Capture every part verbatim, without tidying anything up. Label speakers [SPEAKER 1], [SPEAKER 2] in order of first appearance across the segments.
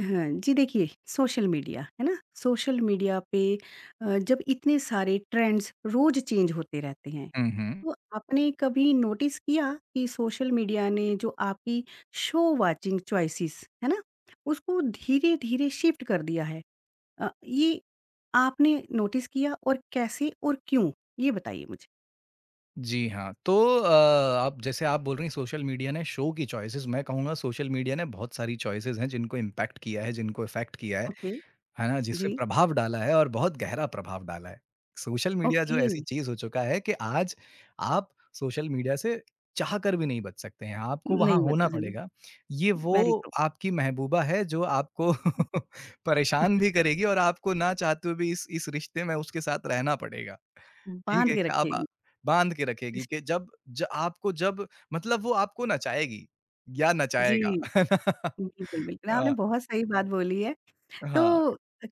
[SPEAKER 1] हाँ, जी देखिए social media, है ना? सोशल मीडिया पे अ, जब इतने सारे ट्रेंड्स रोज़ चेंज होते रहते हैं,
[SPEAKER 2] हुँ, हुँ।
[SPEAKER 1] तो आपने कभी नोटिस किया कि सोशल मीडिया ने जो आपकी शो वाचिंग चॉइसेस है ना? उसको धीरे-धीरे शिफ्ट कर दिया है। अ, ये आपने नोटिस किया और कैसे और क्यों? ये बताइए मुझे।
[SPEAKER 2] जी हाँ, तो अ, आप जैसे आप बोल रही हैं, सोशल मीडिया ने शो की चॉइसेस, मैं कहूँगा सोशल मीडिया ने बहुत सारी चॉइसेस हैं जिनको इम्पैक्ट किया है, जिनको इफ़ेक्ट किया है,
[SPEAKER 1] ओके,
[SPEAKER 2] है ना? जिस पे
[SPEAKER 1] जी,
[SPEAKER 2] प्रभाव डाला है और बहुत गहरा प्रभाव डाला है। सोशल मीडिया
[SPEAKER 1] ओके,
[SPEAKER 2] जो ऐसी चीज़ हो चुका है कि आज आप सोशल मीडिया से चाहकर भी नहीं बच सकते हैं, आपको वहाँ
[SPEAKER 1] नहीं
[SPEAKER 2] होना
[SPEAKER 1] बदलना,
[SPEAKER 2] पड़ेगा। ये
[SPEAKER 1] वेरी
[SPEAKER 2] वो
[SPEAKER 1] गुड,
[SPEAKER 2] आपकी महबूबा है जो आपको परेशान भी करेगी और आपको ना चाहते हुए भी इस इस रिश्ते में उसके साथ रहना पड़ेगा। ठीक
[SPEAKER 1] बाँध
[SPEAKER 2] है,
[SPEAKER 1] के
[SPEAKER 2] क्या आप अ,
[SPEAKER 1] रखेगी।
[SPEAKER 2] बाँध के रखेगी कि जब ज आपको जब मतलब वो आपको नचाएगी या
[SPEAKER 1] जी।
[SPEAKER 2] नचाएगा। है ना?
[SPEAKER 1] बिल्कुल, बिल्कुल, आपने
[SPEAKER 2] हाँ,
[SPEAKER 1] बहुत सही बात बोली है। तो
[SPEAKER 2] हाँ।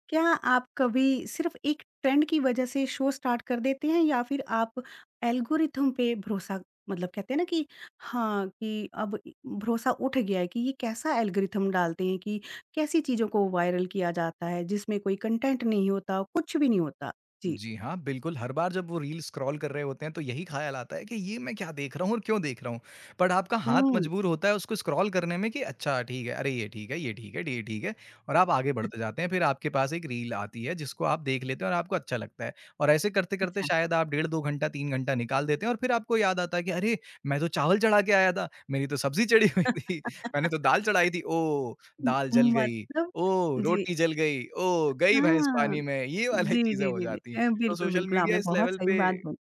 [SPEAKER 1] क्या आप कभी सिर्फ़ एक ट्रेंड की वजह से शो स्टार्ट कर देते हैं या फिर आप एल्गोरिथम पे भरोसा मतलब कहते हैं ना कि हाँ, कि अब इ भरोसा उठ गया है कि ये कैसा एल्गोरिथम डालते हैं कि कैसी चीज़ों को वायरल किया जाता है, जिसमें कोई कंटेंट नहीं होता, कुछ भी नहीं होता? जी।
[SPEAKER 2] जी हाँ, बिल्कुल, हर बार जब वो रील स्क्रॉल कर रहे होते हैं तो यही ख़्याल आता है कि ये मैं क्या देख रहा हूँ और क्यों देख रहा हूँ? बट आपका हाथ
[SPEAKER 1] हुँ,
[SPEAKER 2] मजबूर होता है उसको स्क्रॉल करने में कि अच्छा ठीक है, अरे ये ठीक है, ये ठीक है, ये ठीक है और आप आगे बढ़ते जाते हैं। फिर आपके पास एक रील आती है जिसको आप देख लेते हैं और आपको अच्छा लगता है और ऐसे करते-करते
[SPEAKER 1] अच्छा।
[SPEAKER 2] शायद आप डेढ़ दो घंटा, तीन घंटा निकाल देते हैं और फिर आपको याद आता है कि अरे! मैं तो चावल चढ़ा के आया था, मेरी तो सब्ज़ी चढ़ी हुई थी, मैंने तो दाल चढ़ाई थी, ओह!
[SPEAKER 1] उम,
[SPEAKER 2] दाल जल गई,
[SPEAKER 1] मतलब
[SPEAKER 2] ओह!
[SPEAKER 1] जी,
[SPEAKER 2] रोटी जल गई, ओह! गई भैंस
[SPEAKER 1] हाँ।
[SPEAKER 2] पानी में, ये वाली
[SPEAKER 1] जी,
[SPEAKER 2] चीज़ें
[SPEAKER 1] जी,
[SPEAKER 2] हो
[SPEAKER 1] जी, जी।
[SPEAKER 2] जाती हैं।
[SPEAKER 1] अ,
[SPEAKER 2] तो
[SPEAKER 1] बिल्कुल,
[SPEAKER 2] सोशल
[SPEAKER 1] बिल्कुल,
[SPEAKER 2] मीडिया
[SPEAKER 1] आपने
[SPEAKER 2] इस
[SPEAKER 1] बहुत
[SPEAKER 2] लेवल
[SPEAKER 1] सही
[SPEAKER 2] पे
[SPEAKER 1] बात बोली।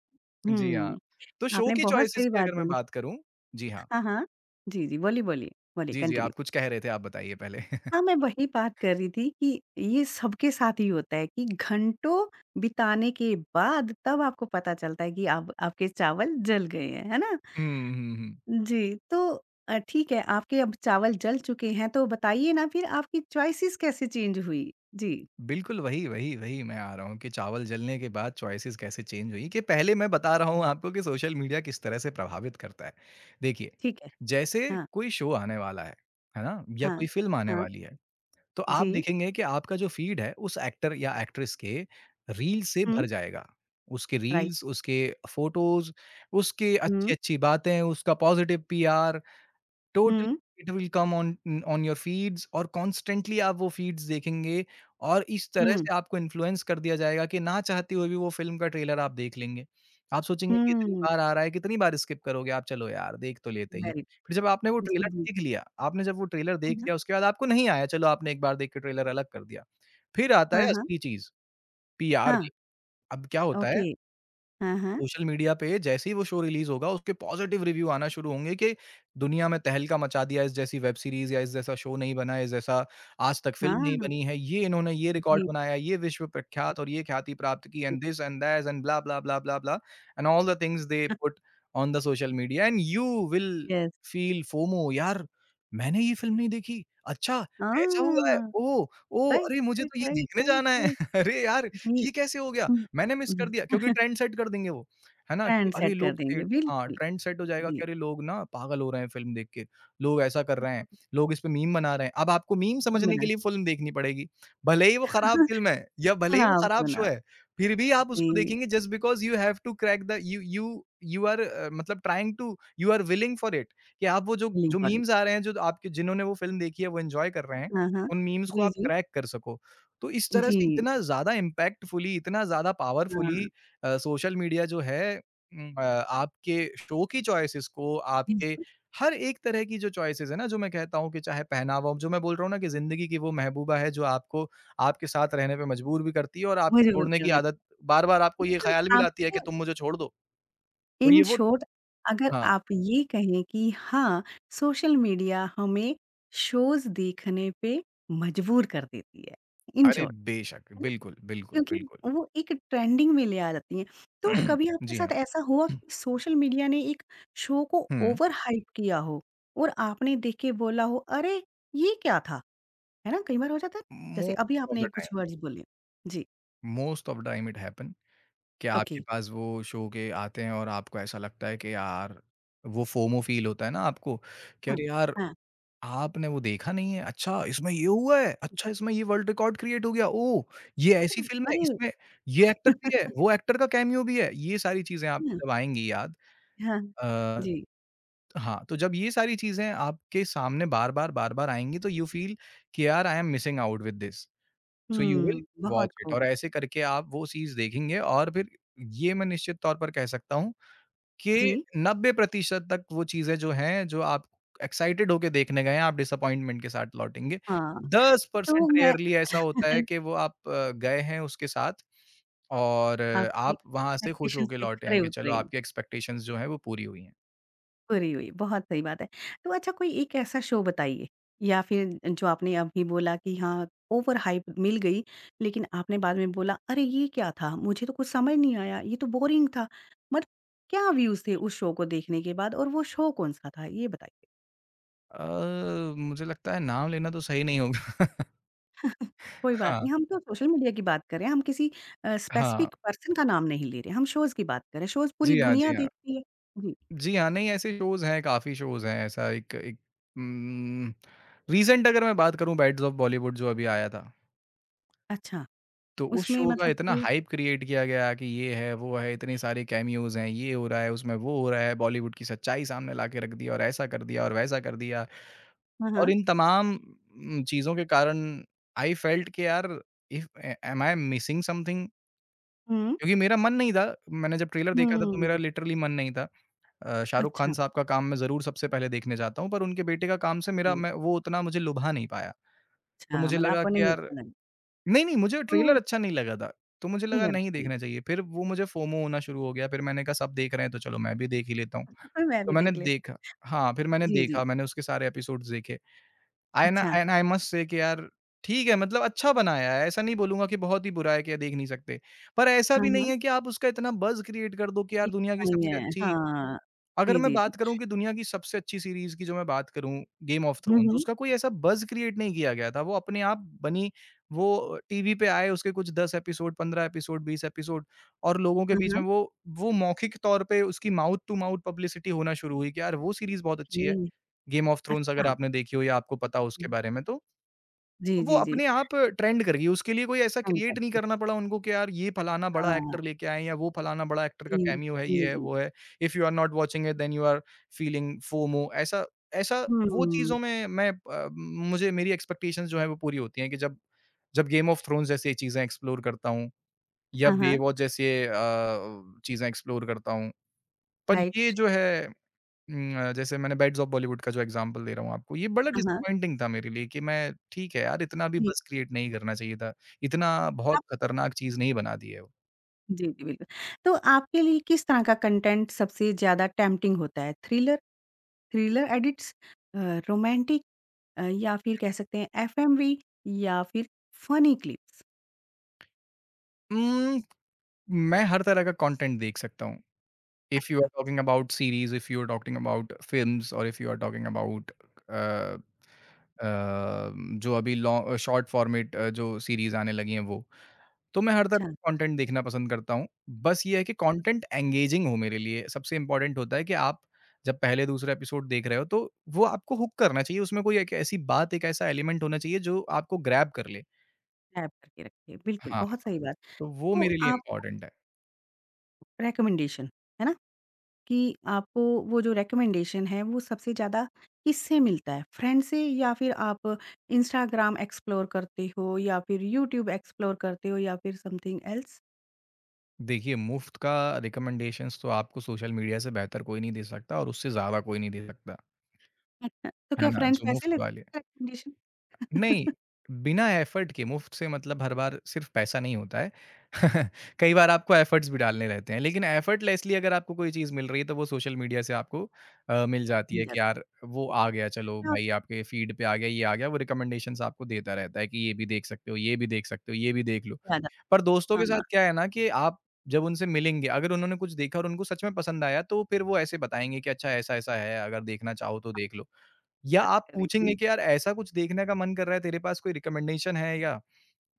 [SPEAKER 2] जी हाँ।
[SPEAKER 1] हुँ,
[SPEAKER 2] तो शो
[SPEAKER 1] आपने
[SPEAKER 2] की
[SPEAKER 1] बहुत
[SPEAKER 2] चॉइसेस
[SPEAKER 1] सही
[SPEAKER 2] की
[SPEAKER 1] बात
[SPEAKER 2] अगर मैं
[SPEAKER 1] बोली।
[SPEAKER 2] बात करूँ जी हाँ।
[SPEAKER 1] हाँ, हाँ। जी, जी, बोलिए, बोलिए, बोलिए
[SPEAKER 2] जी, जी,
[SPEAKER 1] कंटिन्यू।
[SPEAKER 2] आप कुछ कह रहे थे, आप बताइए पहले?
[SPEAKER 1] हाँ, मैं वही बात कर रही थी कि ये सबके साथ ही होता है कि घंटों बिताने के बाद तब आपको पता चलता है कि अब आपके चावल जल गए हैं, है ना?
[SPEAKER 2] हुँ, हुँ, हुँ।
[SPEAKER 1] जी, तो अ, ठीक है, आपके अब चावल जल चुके हैं तो बताइए ना फिर आपकी चॉइसेस कैसे चेंज हुई? जी,
[SPEAKER 2] बिल्कुल वही, वही, वही मैं आ रहा हूँ कि चावल जलने के बाद चॉइसेस कैसे चेंज हुई कि पहले मैं बता रहा हूँ आपको कि सोशल मीडिया किस तरह से प्रभावित करता है। देखिए,
[SPEAKER 1] ठीक है।
[SPEAKER 2] जैसे
[SPEAKER 1] हाँ,
[SPEAKER 2] कोई शो आने वाला है, है ना? या कोई
[SPEAKER 1] हाँ,
[SPEAKER 2] फ़िल्म आने
[SPEAKER 1] हाँ,
[SPEAKER 2] वाली है। तो आप
[SPEAKER 1] जी,
[SPEAKER 2] देखेंगे कि आपका जो फीड है उस एक्टर या एक्ट्रेस के रील से
[SPEAKER 1] हुँ,
[SPEAKER 2] भर जाएगा। उसके
[SPEAKER 1] राइट,
[SPEAKER 2] रील्स, उसके फ़ोटोज़, उसके
[SPEAKER 1] हुँ,
[SPEAKER 2] अच्छी-अच्छी बातें, उसका positive PR totally
[SPEAKER 1] hmm,
[SPEAKER 2] it will come on on your feeds और कॉन्स्टेंटली आप वो फीड्स देखेंगे और इस तरह
[SPEAKER 1] हुँ,
[SPEAKER 2] से आपको इन्फ्लुएंस कर दिया जाएगा कि ना चाहते हुए भी वो फ़िल्म का ट्रेलर आप देख लेंगे। आप सोचेंगे कि इतनी
[SPEAKER 1] हुँ,
[SPEAKER 2] बार आ रहा है, कितनी बार स्किप करोगे आप, चलो यार देख तो लेते ही हैं।
[SPEAKER 1] वेरी
[SPEAKER 2] फिर जब आपने वो
[SPEAKER 1] गुड। जी,
[SPEAKER 2] ट्रेलर
[SPEAKER 1] जी।
[SPEAKER 2] देख लिया, आपने जब वो ट्रेलर
[SPEAKER 1] हाँ,
[SPEAKER 2] देख
[SPEAKER 1] हाँ।
[SPEAKER 2] लिया उसके बाद आपको नहीं आया, चलो आपने एक बार देख के ट्रेलर अलग कर दिया। फिर आता
[SPEAKER 1] हाँ,
[SPEAKER 2] है
[SPEAKER 1] हाँ।
[SPEAKER 2] असली चीज़, पीआर
[SPEAKER 1] हाँ,
[SPEAKER 2] की। अब क्या होता है
[SPEAKER 1] ओके। हाँ, हाँ।
[SPEAKER 2] सोशल मीडिया पे जैसे ही वो शो रिलीज़ होगा, उसके पॉज़िटिव रिव्यू आना शुरू होंगे कि दुनिया में तहलका मचा दिया, इस जैसी वेब सीरीज़ या इस जैसा शो नहीं बना, इस जैसा आज तक फ़िल्म नहीं
[SPEAKER 1] हाँ,
[SPEAKER 2] बनी है, ये इन्होंने ये रिकॉर्ड
[SPEAKER 1] जी,
[SPEAKER 2] बनाया, ये विश्व प्रख्यात और ये ख्याति प्राप्त की
[SPEAKER 1] जी।
[SPEAKER 2] And this and that and blah, blah, blah, blah, blah and all the things they put on the social media and you will
[SPEAKER 1] yes.
[SPEAKER 2] Feel FOMO यार, मैंने ये फ़िल्म नहीं देखी, अच्छा ऐसा हुआ है,
[SPEAKER 1] हाँ,
[SPEAKER 2] ओह! ओह!
[SPEAKER 1] राइट,
[SPEAKER 2] अरे मुझे
[SPEAKER 1] राइट,
[SPEAKER 2] तो ये
[SPEAKER 1] राइट,
[SPEAKER 2] देखने
[SPEAKER 1] राइट,
[SPEAKER 2] जाना है,
[SPEAKER 1] राइट।
[SPEAKER 2] अरे यार,
[SPEAKER 1] जी।
[SPEAKER 2] ये कैसे हो गया?
[SPEAKER 1] हुँ,
[SPEAKER 2] मैंने मिस कर दिया
[SPEAKER 1] हुँ।
[SPEAKER 2] क्योंकि ट्रेंड सेट कर देंगे वो। है ना? कि
[SPEAKER 1] ट्रेंड
[SPEAKER 2] अरे
[SPEAKER 1] सेट कर
[SPEAKER 2] लोग थे
[SPEAKER 1] देंगे,
[SPEAKER 2] हाँ,
[SPEAKER 1] बिल्कुल।
[SPEAKER 2] ट्रेंड सेट हो जाएगा
[SPEAKER 1] जी।
[SPEAKER 2] कि अरे लोग ना पागल हो रहे हैं फ़िल्म देख के, लोग ऐसा कर रहे हैं, लोग इस पे मीम बना रहे हैं। अब आपको मीम
[SPEAKER 1] तीन
[SPEAKER 2] समझने के
[SPEAKER 1] मिनट
[SPEAKER 2] लिए फ़िल्म देखनी पड़ेगी। भले ही वो खराब फ़िल्म है या भले ही वो
[SPEAKER 1] खराब
[SPEAKER 2] खराब
[SPEAKER 1] क्यों ना?
[SPEAKER 2] शो है, फिर भी आप उसको
[SPEAKER 1] जी,
[SPEAKER 2] देखेंगे just because you have to crack the you you you are uh, मतलब trying to you are willing for it कि आप वो जो
[SPEAKER 1] बिलिंग
[SPEAKER 2] जो
[SPEAKER 1] फॉर इट।
[SPEAKER 2] मीम्स आ रहे हैं, जो आपके जिन्होंने वो फ़िल्म देखी है, वो एन्जॉय कर रहे हैं,
[SPEAKER 1] हाँ, हाँ।
[SPEAKER 2] उन मीम्स को
[SPEAKER 1] जी,
[SPEAKER 2] आप
[SPEAKER 1] जी।
[SPEAKER 2] क्रैक कर सको। तो इस तरह से
[SPEAKER 1] जी,
[SPEAKER 2] इतना ज़्यादा इम्पैक्टफुली, इतना ज़्यादा
[SPEAKER 1] हाँ,
[SPEAKER 2] पावरफुली अ, सोशल मीडिया जो है उम, अ, आपके शो की चॉइसेस को, आपके
[SPEAKER 1] बिल्कुल।
[SPEAKER 2] हर एक तरह की जो चॉइसेस है ना, जो मैं कहता हूँ कि चाहे पहनावा हो, जो मैं बोल रहा हूँ ना कि ज़िंदगी की वो महबूबा है जो आपको आपके साथ रहने पे मजबूर भी करती है और आपको
[SPEAKER 1] मजबूर कर
[SPEAKER 2] छोड़ने की
[SPEAKER 1] देते हैं।
[SPEAKER 2] आदत बार-बार आपको ये
[SPEAKER 1] मतलब
[SPEAKER 2] ख़्याल भी लाती है
[SPEAKER 1] आपके
[SPEAKER 2] कि तुम मुझे छोड़ दो। तो ये
[SPEAKER 1] इन
[SPEAKER 2] वो
[SPEAKER 1] शॉर्ट अगर
[SPEAKER 2] हाँ,
[SPEAKER 1] आप ये कहें कि हाँ, सोशल मीडिया हमें शोज़ देखने पे मजबूर कर देती है, इन
[SPEAKER 2] अरे
[SPEAKER 1] शॉर्ट,
[SPEAKER 2] बेशक!
[SPEAKER 1] है ना?
[SPEAKER 2] बिल्कुल, बिल्कुल,
[SPEAKER 1] क्योंकि
[SPEAKER 2] बिल्कुल।
[SPEAKER 1] वो एक ट्रेंडिंग में ले आ जाती हैं। तो कभी आपके
[SPEAKER 2] जी
[SPEAKER 1] साथ
[SPEAKER 2] हाँ।
[SPEAKER 1] ऐसा हुआ कि सोशल मीडिया ने एक शो को
[SPEAKER 2] हुँ,
[SPEAKER 1] ओवर हाइप किया हो और आपने देख के बोला हो, "अरे! ये क्या था?" है ना? कई बार हो जाता है। जैसे
[SPEAKER 2] मोस्ट
[SPEAKER 1] अभी
[SPEAKER 2] ऑफ द
[SPEAKER 1] आपने कुछ
[SPEAKER 2] टाइम
[SPEAKER 1] वर्ड्स बोले। जी,
[SPEAKER 2] most of the time it happen क्या
[SPEAKER 1] ओके,
[SPEAKER 2] आपके पास वो शो के आते हैं और आपको ऐसा लगता है कि यार वो फोमो फ़ील होता है ना आपको कि
[SPEAKER 1] हाँ,
[SPEAKER 2] अरे यार!
[SPEAKER 1] हाँ,
[SPEAKER 2] आपने वो देखा नहीं है, अच्छा इसमें ये हुआ है, अच्छा इसमें ये वर्ल्ड रिकॉर्ड क्रिएट हो गया, ओह! ये ऐसी
[SPEAKER 1] हाँ,
[SPEAKER 2] फ़िल्म है,
[SPEAKER 1] अरे!
[SPEAKER 2] इसमें ये एक्टर भी है, वो एक्टर का कैमियो भी है, ये सारी चीज़ें
[SPEAKER 1] हुँ,
[SPEAKER 2] आपको जब आएँगी याद
[SPEAKER 1] हाँ,
[SPEAKER 2] अ,
[SPEAKER 1] जी।
[SPEAKER 2] हाँ, तो जब ये सारी चीज़ें आपके सामने बार-बार, बार-बार आएँगी तो यू फ़ील कि यार I am missing out with this. So you will
[SPEAKER 1] हुँ, बहुत
[SPEAKER 2] वॉच इट
[SPEAKER 1] खूब।
[SPEAKER 2] और ऐसे करके आप वो चीज़ देखेंगे और फिर ये मैं निश्चित तौर पर कह सकता हूँ कि
[SPEAKER 1] जी,
[SPEAKER 2] नब्बे प्रतिशत तक वो चीज़ें जो हैं, जो आप एक्साइटेड होके देखने गए हैं, आप डिसअपॉइंटमेंट के साथ लौटेंगे।
[SPEAKER 1] हाँ, तो
[SPEAKER 2] दस परसेंट
[SPEAKER 1] मैं
[SPEAKER 2] रेयरली ऐसा होता है कि वो आप अ, गए हैं उसके साथ और अ,
[SPEAKER 1] आपकी
[SPEAKER 2] आप वहाँ से खुश
[SPEAKER 1] एक्सपेक्टेशंस
[SPEAKER 2] होके
[SPEAKER 1] पे
[SPEAKER 2] लौटे हैं
[SPEAKER 1] खरे
[SPEAKER 2] कि चलो
[SPEAKER 1] उतरे हो,
[SPEAKER 2] आपकी एक्सपेक्टेशंस जो हैं वो पूरी हुई हैं।
[SPEAKER 1] पूरी हुई, बहुत सही बात है। तो अच्छा कोई एक ऐसा शो बताइए या फिर जो आपने अभी बोला कि हाँ, ओवर हाइप मिल गई, लेकिन आपने बाद में बोला, "अरे! ये क्या था? मुझे तो कुछ समझ नहीं आया, ये तो बोरिंग था।" मतलब क्या व्यूज़ थे उस शो को देखने के बाद और वो शो कौन-सा था? ये बताइए।
[SPEAKER 2] अ, मुझे लगता है नाम लेना तो सही नहीं होगा।
[SPEAKER 1] कोई बात
[SPEAKER 2] हाँ,
[SPEAKER 1] नहीं, हम तो सोशल मीडिया की बात कर रहे हैं, हम किसी अ,
[SPEAKER 2] हाँ।
[SPEAKER 1] स्पेसिफिक पर्सन का नाम नहीं ले रहे, हम शोज़ की बात कर रहे हैं, शोज़ पूरी
[SPEAKER 2] जी हाँ, जी
[SPEAKER 1] दुनिया
[SPEAKER 2] हाँ।
[SPEAKER 1] देखती है। जी,
[SPEAKER 2] जी हाँ, नहीं ऐसे शोज़ हैं, काफ़ी शोज़ हैं ऐसा एक एक उम, रीसेंट अगर मैं बात करूँ बैड्स ऑफ बॉलीवुड जो अभी आया था,
[SPEAKER 1] अच्छा,
[SPEAKER 2] तो उस
[SPEAKER 1] उसमें
[SPEAKER 2] शो का
[SPEAKER 1] मतलब
[SPEAKER 2] इतना
[SPEAKER 1] ये
[SPEAKER 2] हाइप क्रिएट किया गया कि ये है, वो है, इतने सारे कैमियोज़ हैं, ये हो रहा है, उसमें वो हो रहा है, बॉलीवुड की सच्चाई सामने ला के रख दिया और ऐसा कर दिया और वैसा कर दिया।
[SPEAKER 1] हाँ,
[SPEAKER 2] और
[SPEAKER 1] हाँ।
[SPEAKER 2] इन तमाम उम, चीज़ों के कारण आई फेल्ट कि यार if a am I missing something?
[SPEAKER 1] हुँ,
[SPEAKER 2] क्योंकि मेरा मन नहीं था, मैंने जब ट्रेलर देखा था तो मेरा
[SPEAKER 1] हुँ,
[SPEAKER 2] लिटरली मन नहीं था। अ, शाहरुख खान
[SPEAKER 1] अच्छा,
[SPEAKER 2] साहब का काम मैं ज़रूर सबसे पहले देखने जाता हूँ, पर उनके बेटे का काम से मेरा
[SPEAKER 1] ये
[SPEAKER 2] मैं वो उतना मुझे लुभा नहीं पाया। तो
[SPEAKER 1] अच्छा,
[SPEAKER 2] मुझे
[SPEAKER 1] मतलब
[SPEAKER 2] लगा
[SPEAKER 1] आपको
[SPEAKER 2] कि
[SPEAKER 1] नहीं
[SPEAKER 2] यार
[SPEAKER 1] अच्छा लगा,
[SPEAKER 2] नहीं, नहीं मुझे ट्रेलर
[SPEAKER 1] तो
[SPEAKER 2] अच्छा नहीं लगा था। तो मुझे
[SPEAKER 1] नहीं
[SPEAKER 2] लगा नहीं
[SPEAKER 1] अच्छा नहीं
[SPEAKER 2] देखना चाहिए। फिर वो मुझे फोमो होना शुरू हो गया, फिर मैंने कहा सब देख रहे हैं तो चलो मैं भी देख ही लेता हूँ।
[SPEAKER 1] मैं
[SPEAKER 2] तो
[SPEAKER 1] भी
[SPEAKER 2] मैंने
[SPEAKER 1] देख लेती
[SPEAKER 2] देखा हाँ, फिर मैंने
[SPEAKER 1] जी, जी,
[SPEAKER 2] देखा, मैंने उसके सारे एपिसोड्स देखे। एंड
[SPEAKER 1] अच्छा,
[SPEAKER 2] and I I must say कि यार ठीक है मतलब अच्छा बनाया है, ऐसा नहीं बोलूँगा कि बहुत ही बुरा है कि यार देख नहीं सकते। पर ऐसा
[SPEAKER 1] हाँ,
[SPEAKER 2] भी नहीं
[SPEAKER 1] हाँ,
[SPEAKER 2] है कि आप उसका इतना बज़ क्रिएट कर दो कि यार
[SPEAKER 1] ये
[SPEAKER 2] दुनिया की
[SPEAKER 1] नहीं
[SPEAKER 2] सबसे
[SPEAKER 1] है,
[SPEAKER 2] अच्छी
[SPEAKER 1] हाँ,
[SPEAKER 2] अगर
[SPEAKER 1] जी,
[SPEAKER 2] मैं
[SPEAKER 1] जी, जी,
[SPEAKER 2] बात करूँ कि दुनिया की सबसे अच्छी सीरीज़ की जो मैं बात करूँ, गेम ऑफ
[SPEAKER 1] हुँ,
[SPEAKER 2] थ्रोन्स,
[SPEAKER 1] हुँ,
[SPEAKER 2] उसका कोई ऐसा बज़ क्रिएट नहीं किया गया था, वो अपने आप बनी, वो टीवी पे आए उसके कुछ दस एपिसोड, पंद्रह एपिसोड, बीस एपिसोड और लोगों के
[SPEAKER 1] हाँ,
[SPEAKER 2] बीच में
[SPEAKER 1] हाँ,
[SPEAKER 2] वो वो मौखिक तौर पे उसकी माउथ टू माउथ पब्लिसिटी होना शुरू हुई कि यार वो सीरीज़ बहुत अच्छी
[SPEAKER 1] ये
[SPEAKER 2] है, गेम ऑफ थ्रोन्स
[SPEAKER 1] अच्छा,
[SPEAKER 2] अगर आपने देखी हो या आपको पता हो उसके बारे में तो।
[SPEAKER 1] जी,
[SPEAKER 2] तो वो
[SPEAKER 1] जी, जी,
[SPEAKER 2] अपने आप ट्रेंड कर गई, उसके लिए कोई ऐसा
[SPEAKER 1] हैंग
[SPEAKER 2] क्रिएट नहीं
[SPEAKER 1] करती
[SPEAKER 2] करना पड़ा उनको कि यार ये फलाना बड़ा
[SPEAKER 1] हाँ,
[SPEAKER 2] एक्टर लेके आए हैं या वो फलाना बड़ा एक्टर का
[SPEAKER 1] जी,
[SPEAKER 2] कैमियो है, ये
[SPEAKER 1] जी,
[SPEAKER 2] है,
[SPEAKER 1] जी,
[SPEAKER 2] वो है। If you are not watching it then you are feeling FOMO ऐसा ऐसा वो
[SPEAKER 1] हुँ,
[SPEAKER 2] चीज़ों में मैं अ, मुझे मेरी एक्सपेक्टेशंस जो हैं वो पूरी होती हैं कि जब जब गेम ऑफ थ्रोन्स जैसी चीज़ें एक्सप्लोर करता हूँ या
[SPEAKER 1] हाँ, हाँ,
[SPEAKER 2] बेवॉच जैसे अ, चीज़ें एक्सप्लोर करता हूँ। पर ये
[SPEAKER 1] राइट।
[SPEAKER 2] जो है उम, जैसे मैंने बेड्स ऑफ बॉलीवुड का जो एग्ज़ाम्पल दे रहा हूँ आपको, ये बड़ा
[SPEAKER 1] हाँ, हाँ।
[SPEAKER 2] डिसअपॉइंटिंग था मेरे लिए कि मैं ठीक है यार, इतना भी
[SPEAKER 1] जी,
[SPEAKER 2] बज़ क्रिएट नहीं करना चाहिए था। इतना बहुत
[SPEAKER 1] आप
[SPEAKER 2] खतरनाक चीज़ नहीं बना दी है वो।
[SPEAKER 1] जी, जी, बिल्कुल। तो आपके लिए किस तरह का कंटेंट सबसे ज़्यादा टेम्प्टिंग होता है? Thriller thriller edits uh, romantic uh, या फिर कह सकते हैं एफएमवी या फिर फनी क्लिप्स?
[SPEAKER 2] उम, मैं हर तरह का कंटेंट देख सकता हूँ। इफ यू आर
[SPEAKER 1] अच्छा,
[SPEAKER 2] talking about series, if you are talking about films और if you are talking about uh uh, जो अभी लॉ शॉर्ट फॉर्मेट अ, जो सीरीज़ आने लगी हैं वो। तो मैं हर तरह
[SPEAKER 1] अच्छा,
[SPEAKER 2] का कंटेंट देखना पसंद करता हूँ। बस ये है कि कंटेंट एंगेजिंग हो मेरे लिए, सबसे इम्पोर्टेंट होता है कि आप जब पहले-दूसरा एपिसोड देख रहे हो तो वो आपको हुक करना चाहिए, उसमें कोई एक ऐसी बात, एक ऐसा एलिमेंट होना चाहिए जो आपको ग्रैब कर ले।
[SPEAKER 1] टैब करके रखिए। बिल्कुल,
[SPEAKER 2] हाँ।
[SPEAKER 1] बहुत सही बात।
[SPEAKER 2] तो वो
[SPEAKER 1] तो
[SPEAKER 2] मेरे लिए
[SPEAKER 1] आप
[SPEAKER 2] इम्पोर्टेंट है।
[SPEAKER 1] रिकमेंडेशन, है ना? कि आपको वो जो रिकमेंडेशन है, वो सबसे ज़्यादा किससे मिलता है? फ्रेंड से या फिर आप इंस्टाग्राम एक्सप्लोर करते हो या फिर यूट्यूब एक्सप्लोर करते हो या फिर समथिंग एल्स?
[SPEAKER 2] देखिए मुफ्त का रिकमेंडेशंस तो आपको सोशल मीडिया से बेहतर कोई नहीं दे सकता और उससे ज़्यादा कोई नहीं दे सकता,
[SPEAKER 1] अच्छा, तो
[SPEAKER 2] है
[SPEAKER 1] क्या
[SPEAKER 2] ना?
[SPEAKER 1] फ्रेंड्स
[SPEAKER 2] जो
[SPEAKER 1] पैसे
[SPEAKER 2] मुफ्त वाले
[SPEAKER 1] लेते हैं रिकमेंडेशन?
[SPEAKER 2] नहीं, बिना एफर्ट के मुफ्त से मतलब हर बार सिर्फ़ पैसा नहीं होता है। कई बार आपको एफर्ट्स भी डालने रहते हैं, लेकिन एफर्टलेसली अगर आपको कोई चीज़ मिल रही है, तो वो सोशल मीडिया से आपको अ, मिल जाती
[SPEAKER 1] मिल
[SPEAKER 2] है कि
[SPEAKER 1] जाती
[SPEAKER 2] यार वो
[SPEAKER 1] है।
[SPEAKER 2] आ गया, चलो
[SPEAKER 1] क्या होता
[SPEAKER 2] भाई आपके फ़ीड पे आ गया, ये आ गया, वो रिकमेंडेशंस आपको देता रहता है कि ये भी देख सकते हो, ये भी देख सकते हो, ये भी देख लो।
[SPEAKER 1] है ज़्यादा
[SPEAKER 2] पर दोस्तों के साथ
[SPEAKER 1] हाँ,
[SPEAKER 2] क्या है ना कि आप जब उनसे मिलेंगे, अगर उन्होंने कुछ देखा और उनको सच में पसंद आया, तो फिर वो ऐसे बताएँगे कि अच्छा ऐसा-ऐसा है, अगर देखना चाहो तो देख लो। या
[SPEAKER 1] बात
[SPEAKER 2] आप
[SPEAKER 1] कर रही
[SPEAKER 2] पूछेंगे
[SPEAKER 1] थी।
[SPEAKER 2] कि यार ऐसा कुछ देखने का मन कर रहा है, तेरे पास कोई रिकमेंडेशन है या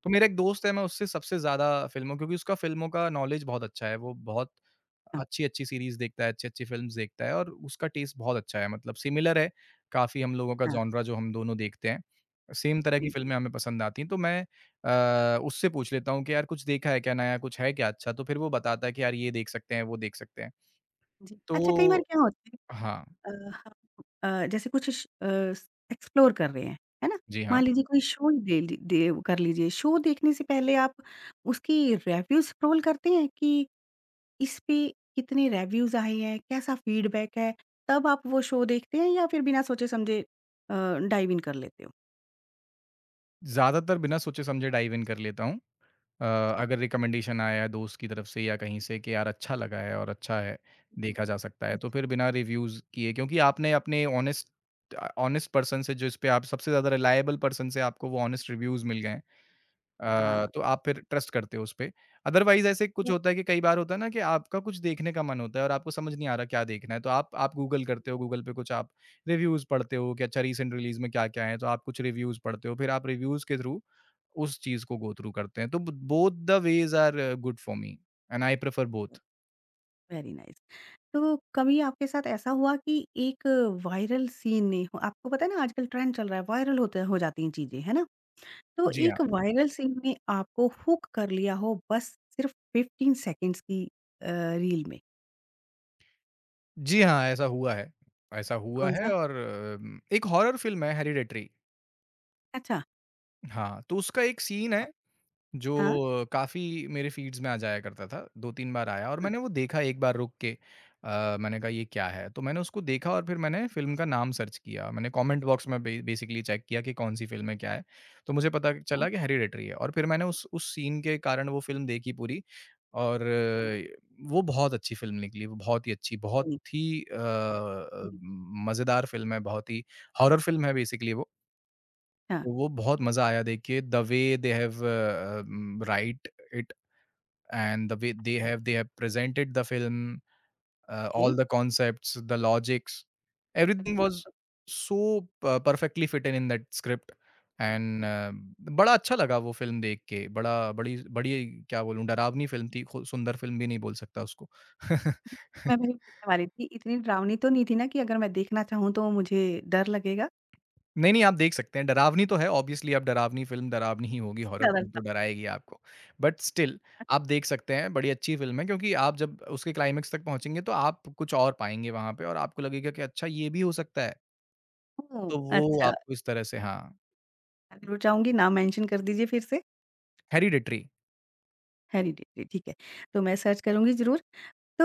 [SPEAKER 2] तो मेरा एक दोस्त है मैं उससे सबसे ज़्यादा फ़िल्मों क्योंकि उसका फ़िल्मों का नॉलेज बहुत अच्छा है, वो बहुत
[SPEAKER 1] हाँ,
[SPEAKER 2] अच्छी-अच्छी सीरीज़ देखता है, अच्छी-अच्छी फ़िल्म्स देखता है और उसका टेस्ट बहुत अच्छा है मतलब सिमिलर है काफ़ी हम लोगों का
[SPEAKER 1] हाँ,
[SPEAKER 2] जॉनरा जो हम दोनों देखते हैं। सेम तरह की
[SPEAKER 1] जी, जी,
[SPEAKER 2] फ़िल्में हमें पसंद आती हैं तो मैं अ, उससे पूछ लेता हूँ कि यार कुछ देखा है क्या नया, कुछ है क्या अच्छा? तो फिर वो बताता है कि यार ये देख सकते हैं, वो देख सकते हैं।
[SPEAKER 1] जी। अच्छा कई बार
[SPEAKER 2] तो
[SPEAKER 1] क्या होता है
[SPEAKER 2] हाँ,
[SPEAKER 1] अ, हम अ, जैसे कुछ श अ, एक्सप्लोर कर रहे हैं, है ना?
[SPEAKER 2] जी हाँ।
[SPEAKER 1] मान लीजिए कोई शो ही दे ली दे कर लीजिए, शो देखने से पहले आप उसकी रिव्यू स्क्रॉल करते हैं कि इस पे कितने रिव्यूज़ आए हैं, कैसा फीडबैक है, तब आप वो शो देखते हैं या फिर बिना सोचे-समझे अ, डाइव इन कर लेते हो?
[SPEAKER 2] ज़्यादातर बिना सोचे समझे डाइव इन कर लेता हूँ। अ,
[SPEAKER 1] आप?
[SPEAKER 2] अगर रिकमेंडेशन आया है दोस्त की तरफ से या कहीं से कि यार अच्छा लगा है और अच्छा है, देखा जा सकता है, तो
[SPEAKER 1] अच्छा,
[SPEAKER 2] फिर बिना रिव्यूज़ किए क्योंकि आपने अपने ऑनेस्ट ऑनेस्ट पर्सन से जिस पे आप सबसे ज़्यादा रिलायबल पर्सन से आपको वो ऑनेस्ट रिव्यूज़ मिल गए हैं। अ,
[SPEAKER 1] हाँ।
[SPEAKER 2] तो आप फिर ट्रस्ट करते हो उसपे। अदरवाइज़ ऐसे कुछ
[SPEAKER 1] मतलब
[SPEAKER 2] होता है कि कई बार होता है ना कि आपका कुछ देखने का मन होता है और आपको समझ नहीं आ रहा क्या देखना है, तो आप आप गूगल करते हो, गूगल पे कुछ आप रिव्यूज़ पढ़ते हो कि अच्छा रीसेंट रिलीज़ में क्या-क्या है, तो आप कुछ रिव्यूज़ पढ़ते हो, फिर आप रिव्यूज़ के थ्रू उस चीज़ को गो थ्रू करते हैं। तो ब both the ways are good for me and I prefer both.
[SPEAKER 1] Very nice. तो कभी आपके साथ ऐसा हुआ कि एक वायरल सीन ने हो आपको पता है ना आजकल ट्रेंड चल रहा है, वायरल होते हो जाती हैं चीज़ें, है ना? तो
[SPEAKER 2] जी हाँ।
[SPEAKER 1] एक वायरल सीन ने आपको हुक कर लिया हो बस सिर्फ फ़िफ़्टीन सेकंड्स की अ, रील में,
[SPEAKER 2] जी हाँ, ऐसा हुआ है। ऐसा हुआ है
[SPEAKER 1] कौन-सा?
[SPEAKER 2] और अम, एक हॉरर फ़िल्म है हेरिडेटरी।
[SPEAKER 1] अच्छा।
[SPEAKER 2] हाँ, तो उसका एक सीन है
[SPEAKER 1] What? हाँ,
[SPEAKER 2] जो काफ़ी मेरे फ़ीड्स में आ जाया करता था, दो-तीन बार आया और
[SPEAKER 1] हाँ,
[SPEAKER 2] मैंने वो देखा एक बार रुक के। अ, मैंने कहा ये क्या है? तो मैंने उसको देखा और फिर मैंने फ़िल्म का नाम सर्च किया। मैंने कमेंट बॉक्स में बे बेसिकली चेक किया कि कौन-सी फ़िल्म है, क्या है? तो मुझे पता
[SPEAKER 1] हाँ,
[SPEAKER 2] चला कि हेरिडेटरी है और फिर मैंने उस उस सीन के कारण वो फ़िल्म देखी पूरी और
[SPEAKER 1] हुँ,
[SPEAKER 2] अ, वो बहुत अच्छी फ़िल्म निकली, वो बहुत ही अच्छी, बहुत
[SPEAKER 1] हुँ,
[SPEAKER 2] ही अ,
[SPEAKER 1] ओ
[SPEAKER 2] अ,
[SPEAKER 1] हुँ,
[SPEAKER 2] मज़ेदार फ़िल्म है, बहुत ही हॉरर फ़िल्म है बेसिकली वो।
[SPEAKER 1] हाँ।
[SPEAKER 2] तो वो बहुत
[SPEAKER 1] तो
[SPEAKER 2] मज़ा
[SPEAKER 1] कौन
[SPEAKER 2] आया देख के the way they have uh, um, write it and the way they
[SPEAKER 1] अच्छा,
[SPEAKER 2] have they have presented the film uh,
[SPEAKER 1] okay,
[SPEAKER 2] all the concepts, the logics, everything
[SPEAKER 1] जी,
[SPEAKER 2] वाज़
[SPEAKER 1] ओके,
[SPEAKER 2] सो प perfectly fitted in that script and
[SPEAKER 1] okay.
[SPEAKER 2] बड़ा अच्छा लगा वो film देख के, बड़ा बड़ी बड़ी क्या बोलूँ डरावनी फ़िल्म थी, खु सुंदर फ़िल्म भी नहीं बोल सकता उसको।
[SPEAKER 1] मैं वही पूछने वाली थी, इतनी डरावनी तो नहीं थी ना कि अगर मैं देखना चाहूँ तो मुझे डर लगेगा?
[SPEAKER 2] नहीं, नहीं, आप देख सकते हैं। डरावनी तो है ऑब्वियसली अब डरावनी फ़िल्म डरावनी ही होगी, हॉरर
[SPEAKER 1] ज़्यादा
[SPEAKER 2] फ़िल्म तो
[SPEAKER 1] डर
[SPEAKER 2] डराएगी आपको। बट स्टिल आप देख सकते हैं, बड़ी अच्छी फ़िल्म है क्योंकि आप जब उसके क्लाइमेक्स तक पहुँचेंगे तो आप कुछ और पाएँगे वहाँ पे और आपको लगेगा कि अच्छा ये भी हो सकता है।
[SPEAKER 1] ओह!
[SPEAKER 2] तो वो
[SPEAKER 1] अच्छा।
[SPEAKER 2] आपको इस तरह से हाँ,
[SPEAKER 1] ज़रूर चाहूँगी, नाम मेंशन कर दीजिए फिर से।
[SPEAKER 2] हेरिडिटरी।
[SPEAKER 1] हेरिडिटी ठीक है, तो मैं सर्च करूँगी ज़रूर। तो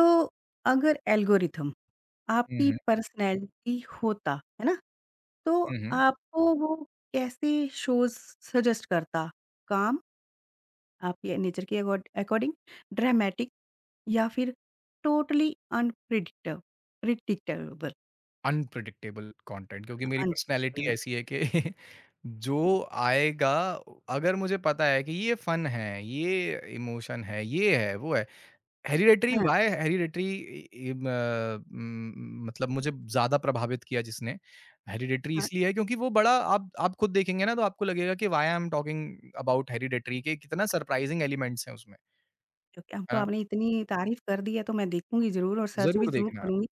[SPEAKER 1] अगर एल्गोरिथम
[SPEAKER 2] हुँ,
[SPEAKER 1] आपकी
[SPEAKER 2] हुँ।
[SPEAKER 1] पर्सनैलिटी होता, है ना? तो
[SPEAKER 2] हुँ, हुँ।
[SPEAKER 1] आपको वो कैसे शोज़ सजेस्ट करता? काम, आपके नेचर के अकॉर्ड अकॉर्डिंग, ड्रामेटिक या फिर totally unpredict predictable
[SPEAKER 2] unpredictable content क्योंकि मेरी पर्सनैलिटी
[SPEAKER 1] अनप्रिडिक्टेबल।
[SPEAKER 2] ऐसी है कि जो आएगा अगर मुझे पता है कि ये फन है, ये इमोशन है, ये है, वो है। हेरिडेटरी
[SPEAKER 1] हाँ,
[SPEAKER 2] व्हाय हेरिडेटरी इ इम अ, उम, मतलब मुझे ज़्यादा प्रभावित किया जिसने, हेरिडेटरी
[SPEAKER 1] हाँ,
[SPEAKER 2] इसलिए है क्योंकि वो बड़ा आप आप खुद देखेंगे ना तो आपको लगेगा कि why I am talking about Hereditary के कितना सरप्राइज़िंग एलिमेंट्स हैं उसमें,
[SPEAKER 1] ओके, अब तो
[SPEAKER 2] है ना?
[SPEAKER 1] आपने इतनी तारीफ़ कर दी है तो मैं देखूँगी ज़रूर और सर्च भी
[SPEAKER 2] ज़रूर
[SPEAKER 1] ज़रूर
[SPEAKER 2] देखना आप।
[SPEAKER 1] करूँगी।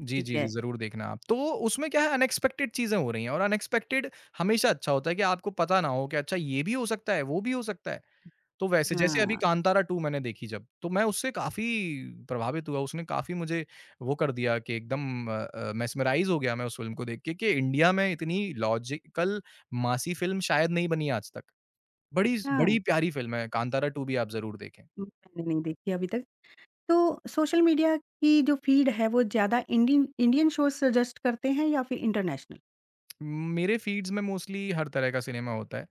[SPEAKER 2] जी,
[SPEAKER 1] ठीक
[SPEAKER 2] जी, जी,
[SPEAKER 1] है,
[SPEAKER 2] ज़रूर देखना आप। तो उसमें क्या है अनएक्सपेक्टेड चीज़ें हो रही हैं और अनएक्सपेक्टेड हमेशा अच्छा होता है कि आपको पता ना हो कि अच्छा ये भी हो सकता है, वो भी हो सकता है। तो वैसे जैसे अभी
[SPEAKER 1] हाँ।
[SPEAKER 2] कांतारा टू मैंने देखी जब, तो मैं उससे काफ़ी प्रभावित हुआ, उसने काफ़ी मुझे वो कर दिया कि एकदम अ अ, मेस्मराइज़ हो गया मैं उस फ़िल्म को देख के कि इंडिया में इतनी लॉजिकल मासी फ़िल्म शायद नहीं बनी आज तक। बड़ी स
[SPEAKER 1] हाँ,
[SPEAKER 2] बड़ी प्यारी फ़िल्म है, कांतारा टू भी आप ज़रूर देखें।
[SPEAKER 1] मैंने नहीं देखी अभी तक। तो सोशल मीडिया की जो फ़ीड है वो ज़्यादा इंडियन इंडियन शोज़ सजेस्ट करते हैं या फिर इंटरनेशनल?
[SPEAKER 2] मेरे फ़ीड्स में मोस्टली हर तरह का सिनेमा होता है,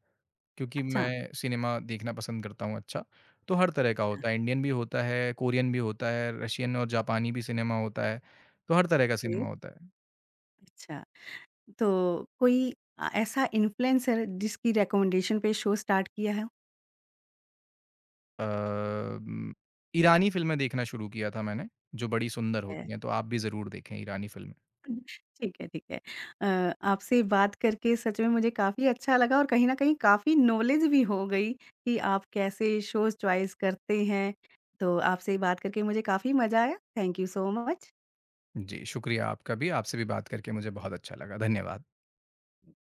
[SPEAKER 2] क्योंकि
[SPEAKER 1] अच्छा,
[SPEAKER 2] मैं सिनेमा देखना पसंद करता हूँ अच्छा, तो हर तरह का
[SPEAKER 1] अच्छा,
[SPEAKER 2] होता है, इंडियन भी होता है, कोरियन भी होता है, रशियन और जापानी भी सिनेमा होता है, तो हर तरह का
[SPEAKER 1] ओके,
[SPEAKER 2] सिनेमा होता है।
[SPEAKER 1] अच्छा। तो कोई अ, ऐसा इन्फ्लुएंसर जिसकी रिकमेंडेशन पे शो स्टार्ट किया है?
[SPEAKER 2] अम, ईरानी फ़िल्में देखना शुरू किया था मैंने, जो बड़ी सुंदर होती
[SPEAKER 1] है।
[SPEAKER 2] हैं, तो आप भी ज़रूर देखें ईरानी फ़िल्में।
[SPEAKER 1] ठीक है, ठीक है। अ, आपसे बात करके सच में मुझे काफ़ी अच्छा लगा और कहीं न कहीं काफ़ी नॉलेज भी हो गई कि आप कैसे शोज़ चॉइस करते हैं। तो आपसे बात करके मुझे काफ़ी मज़ा आया। Thank you so much.
[SPEAKER 2] जी, शुक्रिया आपका भी, आपसे भी बात करके मुझे बहुत अच्छा लगा। धन्यवाद।